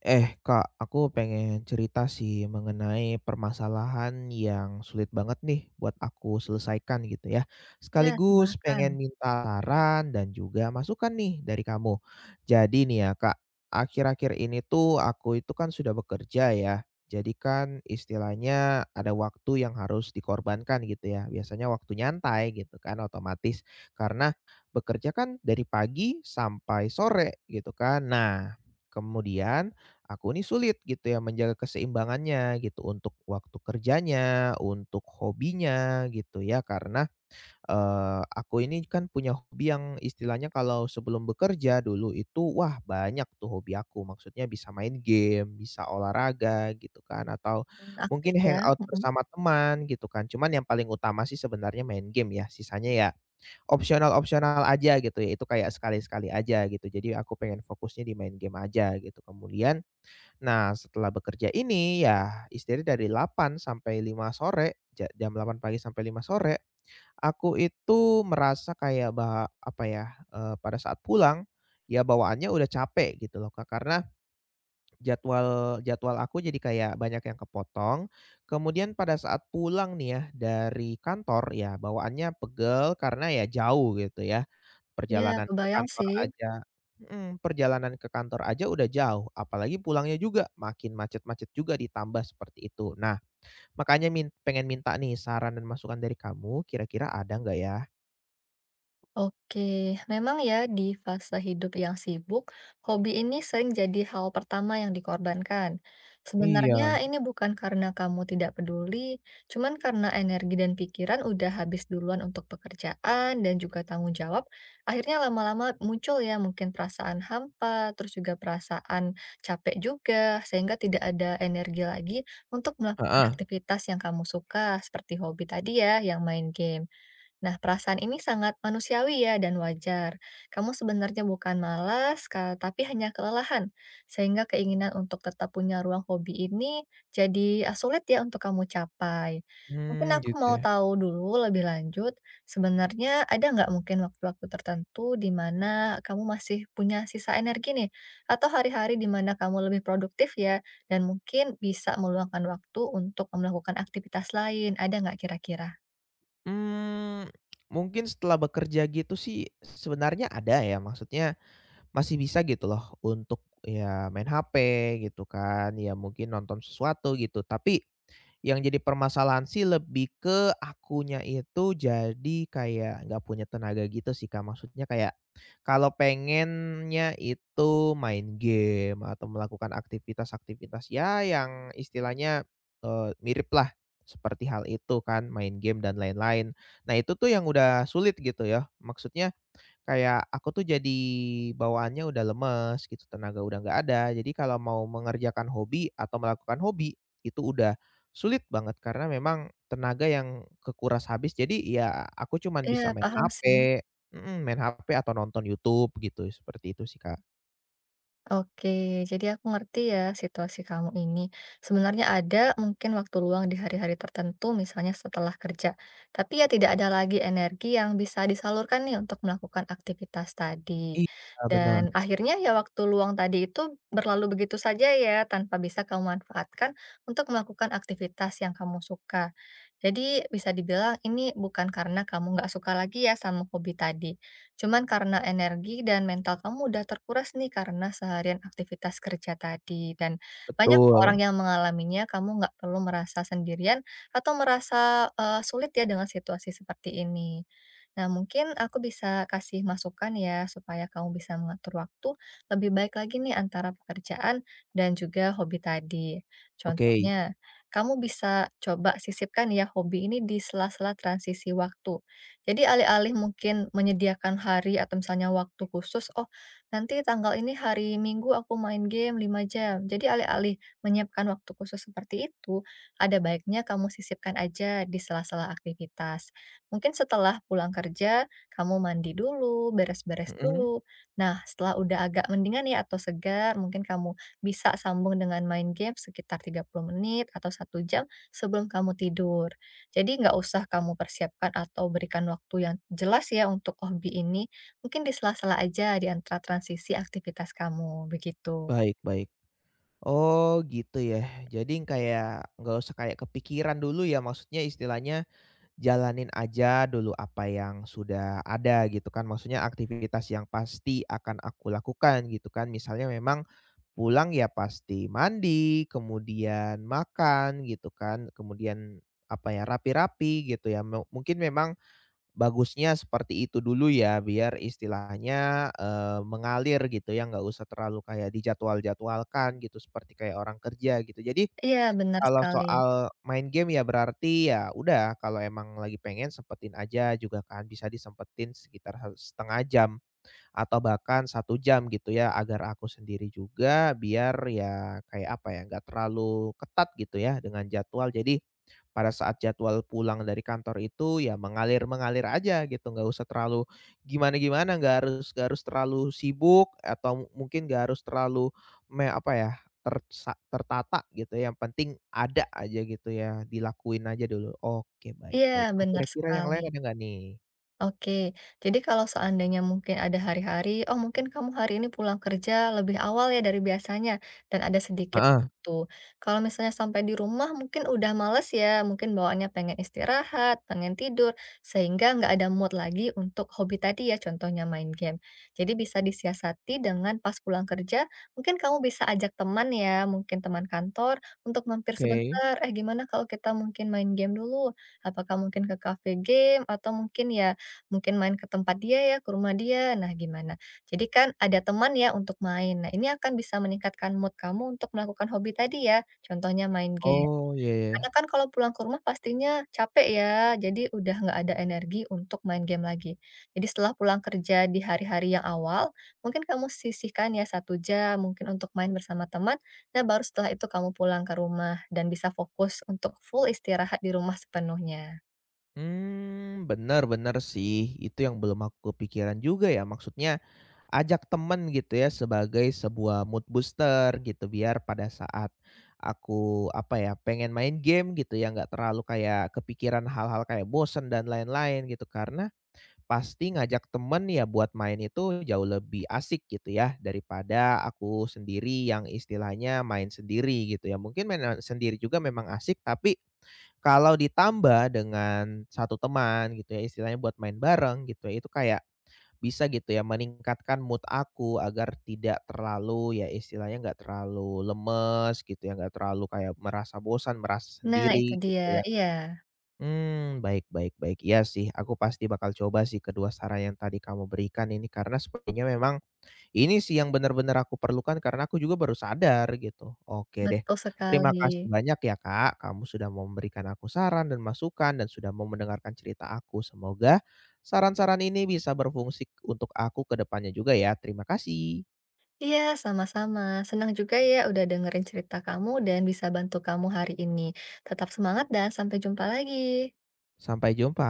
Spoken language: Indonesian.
Eh Kak, aku pengen cerita sih mengenai permasalahan yang sulit banget nih buat aku selesaikan gitu ya. Iya Sekaligus silahkan. pengen minta saran dan juga masukan nih dari kamu. Jadi nih ya Kak, akhir-akhir ini tuh aku itu kan sudah bekerja ya. Jadi kan istilahnya ada waktu yang harus dikorbankan gitu ya. Biasanya waktu nyantai gitu kan otomatis. Karena bekerja kan dari pagi sampai sore gitu kan. Nah, kemudian aku ini sulit gitu ya menjaga keseimbangannya gitu untuk waktu kerjanya, untuk hobinya gitu ya karena, aku ini kan punya hobi yang istilahnya kalau sebelum bekerja dulu itu wah banyak tuh hobi aku, maksudnya bisa main game, bisa olahraga gitu kan, atau Mmm, mungkin aktif ya. hangout Mhm, bersama teman gitu kan. Cuman yang paling utama sih sebenarnya main game ya, sisanya ya opsional-opsional aja gitu ya, itu kayak sekali-sekali aja gitu, jadi aku pengen fokusnya di main game aja gitu kemudian. Nah, setelah bekerja ini ya istirahat dari 8 sampai 5 sore, jam 8 pagi sampai 5 sore, aku itu merasa kayak apa ya, pada saat pulang, ya bawaannya udah capek gitu loh, Kak. Karena jadwal jadwal aku jadi kayak banyak yang kepotong, kemudian pada saat pulang nih ya dari kantor, ya bawaannya pegel karena ya jauh gitu ya. iya Perjalanan ke kebayang kantor sih. aja Mhm, perjalanan ke kantor aja udah jauh, apalagi pulangnya juga makin macet-macet juga ditambah seperti itu. Nah, makanya pengen minta nih saran dan masukan dari kamu, kira-kira ada nggak ya? Oke, memang ya di fase hidup yang sibuk, hobi ini sering jadi hal pertama yang dikorbankan. Iya, Sebenarnya ini bukan karena kamu tidak peduli, cuman karena energi dan pikiran udah habis duluan untuk pekerjaan dan juga tanggung jawab, akhirnya lama-lama muncul ya mungkin perasaan hampa, terus juga perasaan capek juga, sehingga tidak ada energi lagi untuk melakukan heeh. aktivitas yang kamu suka, seperti hobi tadi ya, yang main game. Nah, perasaan ini sangat manusiawi ya dan wajar. Kamu sebenarnya bukan malas, tapi hanya kelelahan. Sehingga keinginan untuk tetap punya ruang hobi ini jadi sulit ya untuk kamu capai. Mungkin Mmm, aku gitu mau ya. tahu dulu lebih lanjut, sebenarnya ada nggak mungkin waktu-waktu tertentu di mana kamu masih punya sisa energi nih? Atau hari-hari di mana kamu lebih produktif ya, dan mungkin bisa meluangkan waktu untuk melakukan aktivitas lain, ada nggak kira-kira? Mmm, mungkin setelah bekerja gitu sih sebenarnya ada ya, maksudnya masih bisa gitu loh untuk ya main HP gitu kan, ya mungkin nonton sesuatu gitu. Tapi yang jadi permasalahan sih lebih ke akunya itu, jadi kayak nggak punya tenaga gitu sih, Kak. Maksudnya kayak kalau pengennya itu main game atau melakukan aktivitas-aktivitas ya yang istilahnya, miriplah seperti hal itu kan, main game dan lain-lain. Nah itu tuh yang udah sulit gitu ya. Maksudnya kayak aku tuh jadi bawaannya udah lemes gitu, tenaga udah nggak ada. Jadi kalau mau mengerjakan hobi atau melakukan hobi, itu udah sulit banget karena memang tenaga yang kekuras habis. Jadi ya aku cuman Iya, bisa main paham HP. sih. Mhm, main HP atau nonton YouTube gitu, seperti itu sih, Kak. Oke, jadi aku ngerti ya situasi kamu ini. Sebenarnya ada mungkin waktu luang di hari-hari tertentu, misalnya setelah kerja. Tapi ya tidak ada lagi energi yang bisa disalurkan nih untuk melakukan aktivitas tadi. Iya, bener, Dan akhirnya ya waktu luang tadi itu berlalu begitu saja ya, tanpa bisa kamu manfaatkan untuk melakukan aktivitas yang kamu suka. Jadi bisa dibilang ini bukan karena kamu nggak suka lagi ya sama hobi tadi, cuman karena energi dan mental kamu udah terkuras nih karena seharian aktivitas kerja tadi. Dan banyak orang betul. yang mengalaminya, kamu nggak perlu merasa sendirian atau merasa sulit ya dengan situasi seperti ini. Nah, mungkin aku bisa kasih masukan ya supaya kamu bisa mengatur waktu lebih baik lagi nih antara pekerjaan dan juga hobi tadi. Oke, Contohnya, kamu bisa coba sisipkan ya hobi ini di sela-sela transisi waktu. Jadi alih-alih mungkin menyediakan hari atau misalnya waktu khusus, "Oh, nanti tanggal ini hari Minggu aku main game 5 jam." Jadi alih-alih menyiapkan waktu khusus seperti itu, ada baiknya kamu sisipkan aja di sela-sela aktivitas. Mungkin setelah pulang kerja, kamu mandi dulu, beres-beres mhm, dulu. Nah, setelah udah agak mendingan ya atau segar, mungkin kamu bisa sambung dengan main game sekitar 30 menit atau 1 jam sebelum kamu tidur. Jadi nggak usah kamu persiapkan atau berikan waktu yang jelas ya untuk hobi ini, mungkin di sela-sela aja di antara transisi aktivitas kamu, begitu. baik baik. Oh, gitu ya. Jadi kayak nggak usah kayak kepikiran dulu ya, maksudnya istilahnya jalanin aja dulu apa yang sudah ada gitu kan, maksudnya aktivitas yang pasti akan aku lakukan gitu kan. Misalnya memang pulang ya pasti mandi, kemudian makan gitu kan, kemudian apa ya, rapi-rapi gitu ya. Mungkin memang bagusnya seperti itu dulu ya, biar istilahnya, mengalir gitu ya, nggak usah terlalu kayak dijadwal-jadwalkan gitu seperti kayak orang kerja gitu. Jadi Iya, benar kalau sekali. soal main game ya, berarti ya udah, kalau emang lagi pengen sempetin aja juga kan, bisa disempetin sekitar setengah jam atau bahkan 1 jam gitu ya, agar aku sendiri juga biar ya kayak apa ya, nggak terlalu ketat gitu ya dengan jadwal. Jadi pada saat jadwal pulang dari kantor itu ya mengalir-mengalir aja gitu, nggak usah terlalu gimana-gimana, nggak harus terlalu sibuk, atau mungkin nggak harus terlalu apa ya, tertata gitu ya, yang penting ada aja gitu ya, dilakuin aja dulu. Oke, baik baik. Iya, Nah, benar kira-kira yang sekali. lain ada nggak nih? Oke, jadi kalau seandainya mungkin ada hari-hari, oh mungkin kamu hari ini pulang kerja lebih awal ya dari biasanya, dan ada sedikit Ah, waktu. Kalau misalnya sampai di rumah mungkin udah males ya, mungkin bawaannya pengen istirahat, pengen tidur, sehingga nggak ada mood lagi untuk hobi tadi ya, contohnya main game. Jadi bisa disiasati dengan pas pulang kerja, mungkin kamu bisa ajak teman ya, mungkin teman kantor, untuk mampir oke. sebentar, eh gimana kalau kita mungkin main game dulu? Apakah mungkin ke cafe game, atau mungkin ya mungkin main ke tempat dia ya, ke rumah dia, nah gimana. Jadi kan ada teman ya untuk main. Nah, ini akan bisa meningkatkan mood kamu untuk melakukan hobi tadi ya, contohnya main game. Oh, iya iya. Karena kan kalau pulang ke rumah pastinya capek ya, jadi udah nggak ada energi untuk main game lagi. Jadi setelah pulang kerja di hari-hari yang awal, mungkin kamu sisihkan ya 1 jam mungkin untuk main bersama teman, nah baru setelah itu kamu pulang ke rumah dan bisa fokus untuk full istirahat di rumah sepenuhnya. Hmm, benar-benar sih, itu yang belum aku kepikiran juga ya, maksudnya ajak temen gitu ya sebagai sebuah mood booster gitu, biar pada saat aku, apa ya, pengen main game gitu ya, nggak terlalu kayak kepikiran hal-hal kayak bosen dan lain-lain gitu. Karena pasti ngajak temen ya buat main itu jauh lebih asik gitu ya, daripada aku sendiri yang istilahnya main sendiri gitu ya. Mungkin main, sendiri juga memang asik, tapi kalau ditambah dengan satu teman gitu ya, istilahnya buat main bareng gitu ya, itu kayak bisa gitu ya meningkatkan mood aku agar tidak terlalu ya istilahnya nggak terlalu lemes gitu ya, nggak terlalu kayak merasa bosan, merasa Nah itu sendiri dia, gitu ya. iya. Hmm, baik baik baik. Iya sih, aku pasti bakal coba sih kedua saran yang tadi kamu berikan ini, karena sepertinya memang ini sih yang benar-benar aku perlukan, karena aku juga baru sadar gitu. Oke deh, Betul terima sekali. kasih banyak ya Kak, kamu sudah mau memberikan aku saran dan masukan dan sudah mau mendengarkan cerita aku. Semoga saran-saran ini bisa berfungsi untuk aku ke depannya juga ya. Terima kasih. Iya, sama-sama. Senang juga ya udah dengerin cerita kamu dan bisa bantu kamu hari ini. Tetap semangat dan sampai jumpa lagi. Sampai jumpa.